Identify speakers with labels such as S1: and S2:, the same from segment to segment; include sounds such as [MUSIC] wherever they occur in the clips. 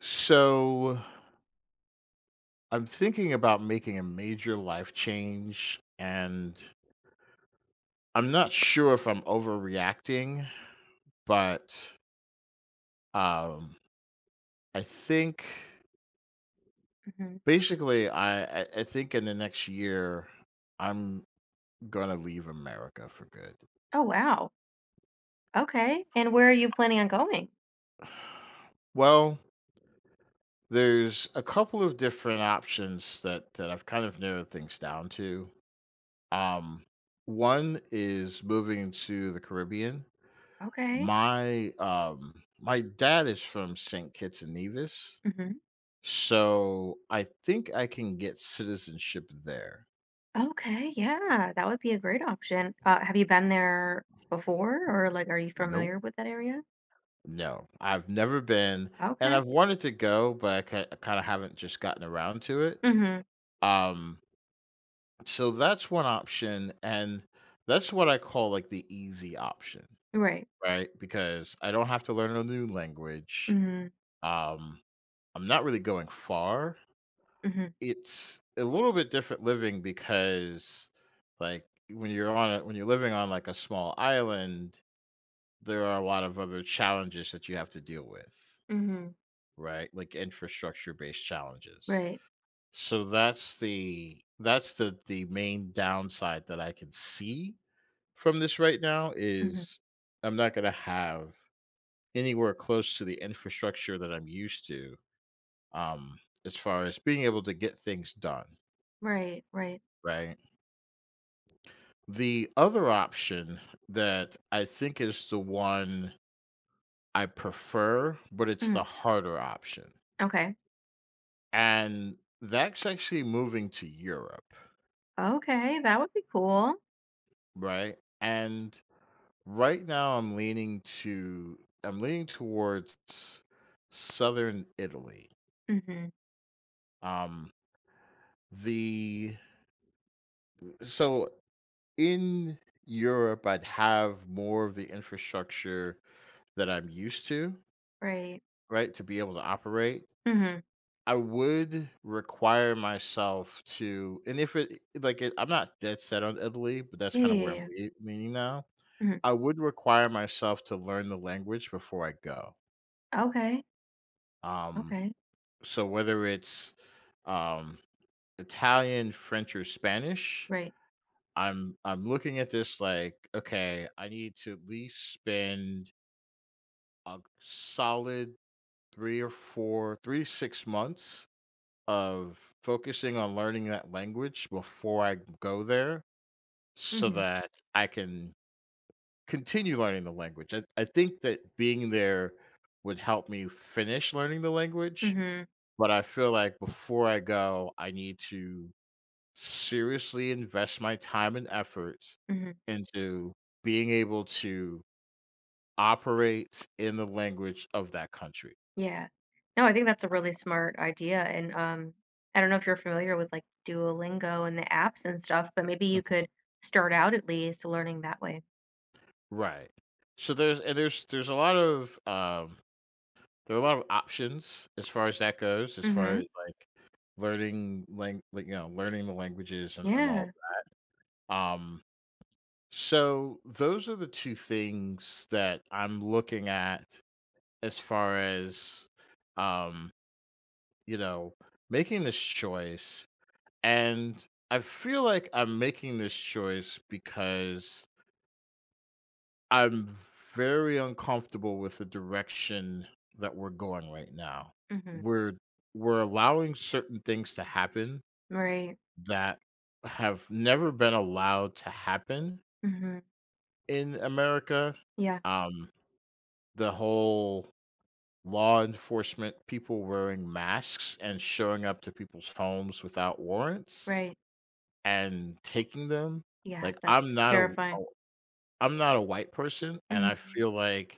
S1: So I'm thinking about making a major life change, and I'm not sure if I'm overreacting, but um, I think
S2: Mhm.
S1: basically, I think in the next year, I'm gonna leave America for good.
S2: Oh, wow. Okay. And where are you planning on going?
S1: Well, there's a couple of different options that I've kind of narrowed things down to. Um, one is moving to the Caribbean.
S2: Okay.
S1: My dad is from St. Kitts and Nevis,
S2: Hmm.
S1: so I think I can get citizenship there.
S2: Okay. Yeah, that would be a great option. Have you been there before, or like, are you
S1: Nope.
S2: familiar with that area?
S1: No, I've never been, and
S2: Okay.
S1: I've wanted to go, but I kind of haven't just gotten around to it.
S2: Hmm.
S1: Um, so that's one option, and that's what I call like the easy option,
S2: Right.
S1: right? Because I don't have to learn a new language.
S2: Hmm.
S1: Um, I'm not really going far.
S2: Hmm.
S1: It's a little bit different living because, like, when you're on a when you're living on, like, a small island, there are a lot of other challenges that you have to deal with,
S2: Hmm.
S1: right? Like, infrastructure-based challenges.
S2: Right.
S1: So that's the main downside that I can see from this right now
S2: Hmm.
S1: is I'm not gonna have anywhere close to the infrastructure that I'm used to, um, as far as being able to get things done,
S2: Right. Right.
S1: right? The other option that I think is the one I prefer, but it's the
S2: Hmm.
S1: harder option.
S2: Okay.
S1: And that's actually moving to Europe,
S2: Okay. That would be cool.
S1: right? And right now I'm leaning towards southern Italy.
S2: Hmm.
S1: Um the so in Europe I'd have more of the infrastructure that I'm used to,
S2: Right.
S1: right, to be able to operate.
S2: Hmm.
S1: I would require myself to and if it like, it I'm not dead set on Italy, but that's
S2: Yeah.
S1: kinda
S2: Yeah.
S1: where I'm
S2: Yeah.
S1: leaning now.
S2: Hmm.
S1: I would require myself to learn the language before I go.
S2: Okay.
S1: Um,
S2: Okay.
S1: so whether it's, um, Italian, French, or Spanish,
S2: Right.
S1: I'm looking at this like, "Okay, I need to at least spend a solid 3 or 4 3 to 6 months of focusing on learning that language before I go there so
S2: Hmm.
S1: that I can continue learning the language. I think that being there would help me finish learning the language,
S2: Hmm.
S1: but I feel like before I go, I need to seriously invest my time and efforts
S2: Hmm.
S1: into being able to operate in the language of that country."
S2: Yeah. No, I think that's a really smart idea. And I don't know if you're familiar with like Duolingo and the apps and stuff, but maybe you
S1: Mhm.
S2: could start out at least learning that way.
S1: Right. So there's a lot of there are a lot of options as far as that goes, as far
S2: Mm-hmm.
S1: as, like, learning lang like, you know, learning the languages and all.
S2: Yeah.
S1: Um, so those are the 2 things that I'm looking at as far as, um, you know, making this choice, and I feel like I'm making this choice because I'm very uncomfortable with the direction that we're going right now.
S2: Mm-hmm.
S1: We're we're allowing certain things to happen
S2: Right.
S1: that have never been allowed to happen
S2: Mm-hmm.
S1: in America.
S2: Yeah.
S1: Um, the whole law enforcement people wearing masks and showing up to people's homes without warrants
S2: Right.
S1: and taking them.
S2: Yeah.
S1: Like I'm
S2: That's
S1: not a a
S2: terrifying.
S1: I'm not a white person and I
S2: Mm-hmm.
S1: feel like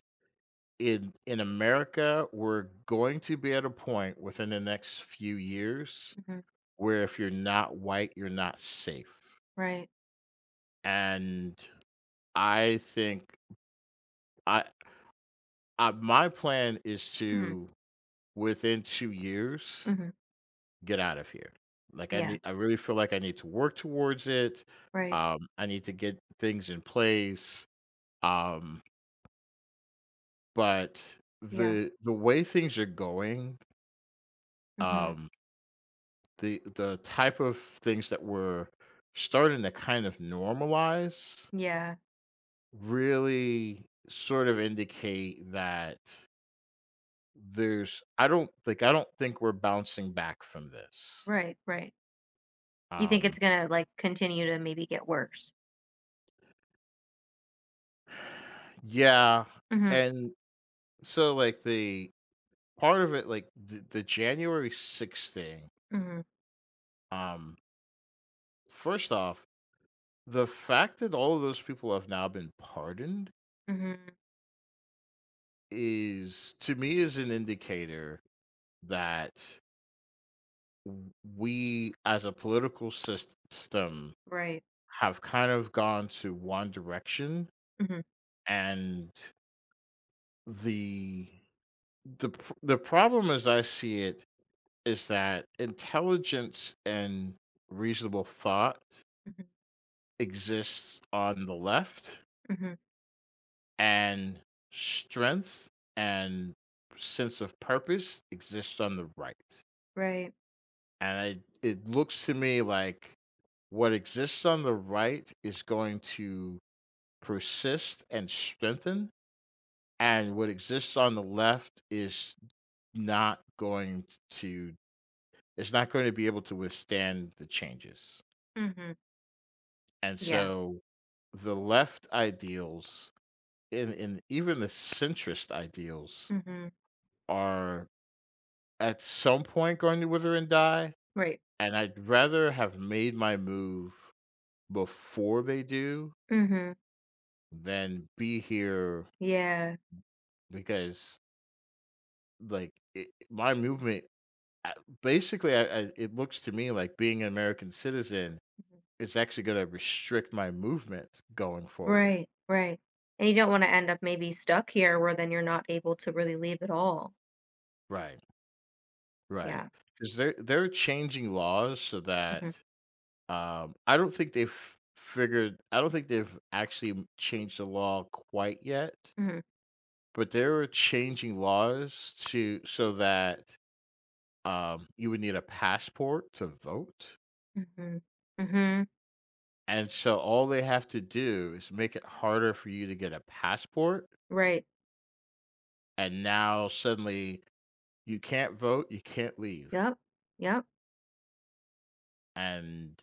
S1: in America, we're going to be at a point within the next few years
S2: Mm-hmm.
S1: where if you're not white, you're not safe.
S2: Right.
S1: And I think I, I my plan is
S2: Mm-hmm.
S1: to within 2 years
S2: Mm-hmm.
S1: get out of here. Like I
S2: Yeah.
S1: need, I really feel like I need to work towards it.
S2: Right.
S1: I need to get things in place. Um, but
S2: Yeah.
S1: the way things are going,
S2: Mm-hmm.
S1: um, the type of things that were starting to kind of normalize
S2: Yeah.
S1: really sort of indicate that there's I don't think we're bouncing back from this.
S2: Right. Right. You think it's
S1: Um
S2: gonna like continue to maybe get worse?
S1: yeah,
S2: Mm-hmm.
S1: and so like the part of it like the January 6th thing.
S2: Mm-hmm.
S1: um first off, the fact that all of those people have now been pardoned
S2: Mm-hmm.
S1: is to me is an indicator that we as a political system
S2: Right.
S1: have kind of gone to one direction
S2: Mm-hmm.
S1: and the the problem as I see it is that intelligence and reasonable thought
S2: Mm-hmm.
S1: exists on the left
S2: Mm-hmm.
S1: and strength and sense of purpose exists on the right.
S2: Right.
S1: And I it looks to me like what exists on the right is going to persist and strengthen, and what exists on the left is not going to it's not going to be able to withstand the changes.
S2: Mhm.
S1: And
S2: Yeah.
S1: so the left ideals and even the centrist ideals
S2: Mhm.
S1: are at some point going to wither and die,
S2: Right.
S1: and I'd rather have made my move before they do
S2: Mhm.
S1: than be here
S2: Yeah.
S1: because my movement I- basically it looks to me like being an american citizen
S2: Mhm.
S1: is actually going to restrict my movement going forward.
S2: Right. Right. And you don't want to end up maybe stuck here where then you're not able to really leave at all.
S1: Right. Right.
S2: Yeah.
S1: Because they're changing laws so that
S2: Mhm.
S1: I don't think they've actually changed the law quite yet
S2: Mhm.
S1: but they're changing laws to so that you would need a passport to vote.
S2: Mhm. Mhm.
S1: And so all they have to do is make it harder for you to get a passport,
S2: Right.
S1: and now suddenly you can't vote, you can't leave.
S2: Yep. Yep.
S1: And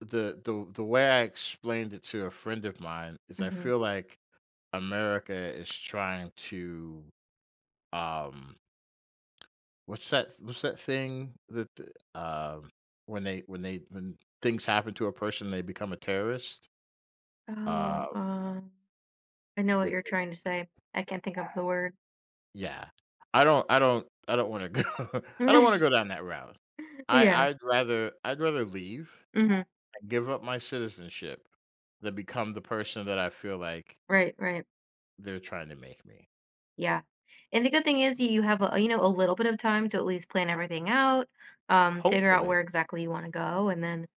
S1: the way I explained it to a friend of mine is I
S2: Mhm.
S1: feel like America is trying to um what's that thing that um when they when they when things happen to a person they become a terrorist. uh
S2: Oh, I know what you're trying to say. I can't think of the word.
S1: Yeah. I don't wanna go [LAUGHS] I don't wanna go down
S2: [LAUGHS]
S1: that route.
S2: Yeah.
S1: I'd rather leave
S2: Mhm.
S1: and give up my citizenship than become the person that I feel like
S2: Right, right.
S1: they're trying to make me.
S2: Yeah. And the good thing is you have a little bit of time to at least plan everything out, figure out
S1: Hopefully.
S2: where exactly you want to go, and then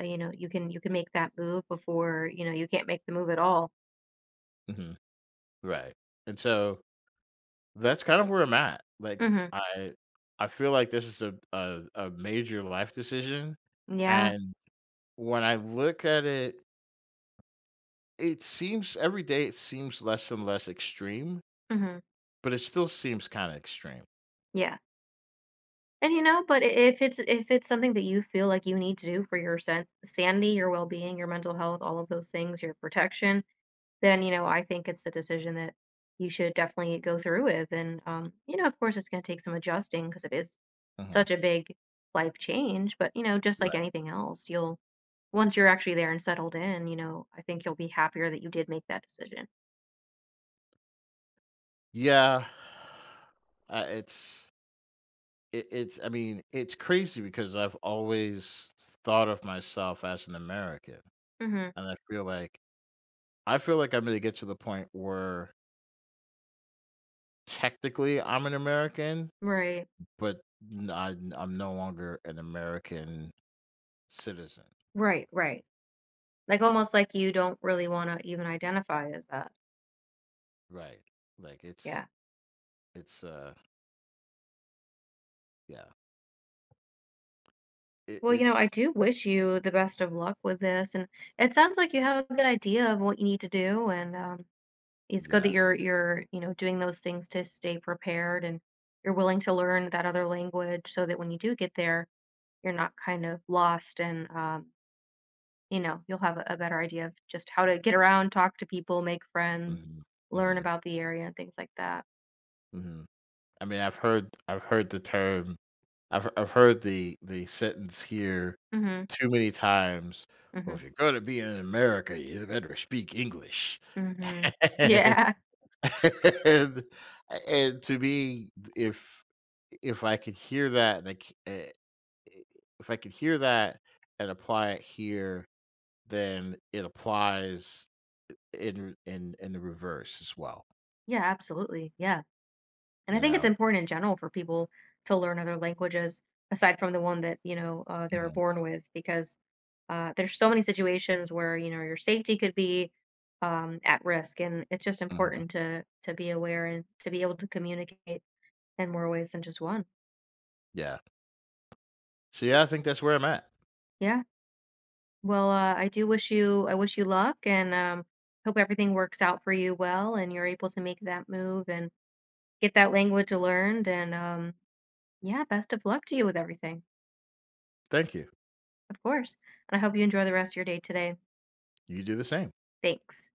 S2: you can make that move before, you can't make the move at all.
S1: Mhm. Right. And so, that's kind of where I'm at. Like,
S2: Mhm.
S1: I I feel like this is a major life decision,
S2: Yeah.
S1: and when I look at it, it seems every day it seems less and less extreme,
S2: Mhm.
S1: but it still seems kinda extreme.
S2: Yeah. And but if it's something that you feel like you need to do for your sanity, your well-being, your mental health, all of those things, your protection, then I think it's a decision that you should definitely go through with. And of course, it's going to take some adjusting because it is
S1: Uh-huh.
S2: such a big life change. But just like
S1: Right.
S2: anything else, you'll once you're actually there and settled in, I think you'll be happier that you did make that decision.
S1: Yeah. Uh, it's it's I mean, it's crazy because I've always thought of myself as an American.
S2: Mhm.
S1: And I feel like I'm going to get to the point where technically I'm an American,
S2: Right.
S1: but I am no longer an American citizen.
S2: Right, right. Like, almost like you don't really wanna even identify as that.
S1: Right. Like it's
S2: Yeah.
S1: it's yeah. It,
S2: Well, I
S1: it's
S2: do wish you the best of luck with this, and it sounds like you have a good idea of what you need to do, and, it's good that
S1: yeah.
S2: you're doing those things to stay prepared, and you're willing to learn that other language so that when you do get there, you're not kind of lost and you know, you'll have a better idea of just how to get around, talk to people, make friends,
S1: Mhm.
S2: learn
S1: Mhm.
S2: about the area, and things like that.
S1: Mhm. I mean, I've heard the sentence here
S2: Mhm.
S1: too many times. Well, if
S2: Mhm.
S1: you're going to be in America, you better speak English.
S2: Hmm.
S1: [LAUGHS] And,
S2: Yeah. [LAUGHS]
S1: and and to me, if if I could hear that, and I c- eh, eh, if I could hear that and apply it here, then it applies in the reverse as well.
S2: Yeah, absolutely. Yeah. And I
S1: You
S2: think it's
S1: know.
S2: important in general for people to learn other languages aside from the one that they were
S1: Mhm,
S2: born with because there's so many situations where, your safety could be at risk. And it's just
S1: mhm.
S2: important to be aware and to be able to communicate in more ways than just one.
S1: Yeah. So yeah, I think that's where I'm at.
S2: Yeah. Well, I wish you luck and hope everything works out for you well and you're able to make that move and get that language learned and yeah, best of luck to you with everything.
S1: Thank you.
S2: Of course. And I hope you enjoy the rest of your day today.
S1: You do the same.
S2: Thanks.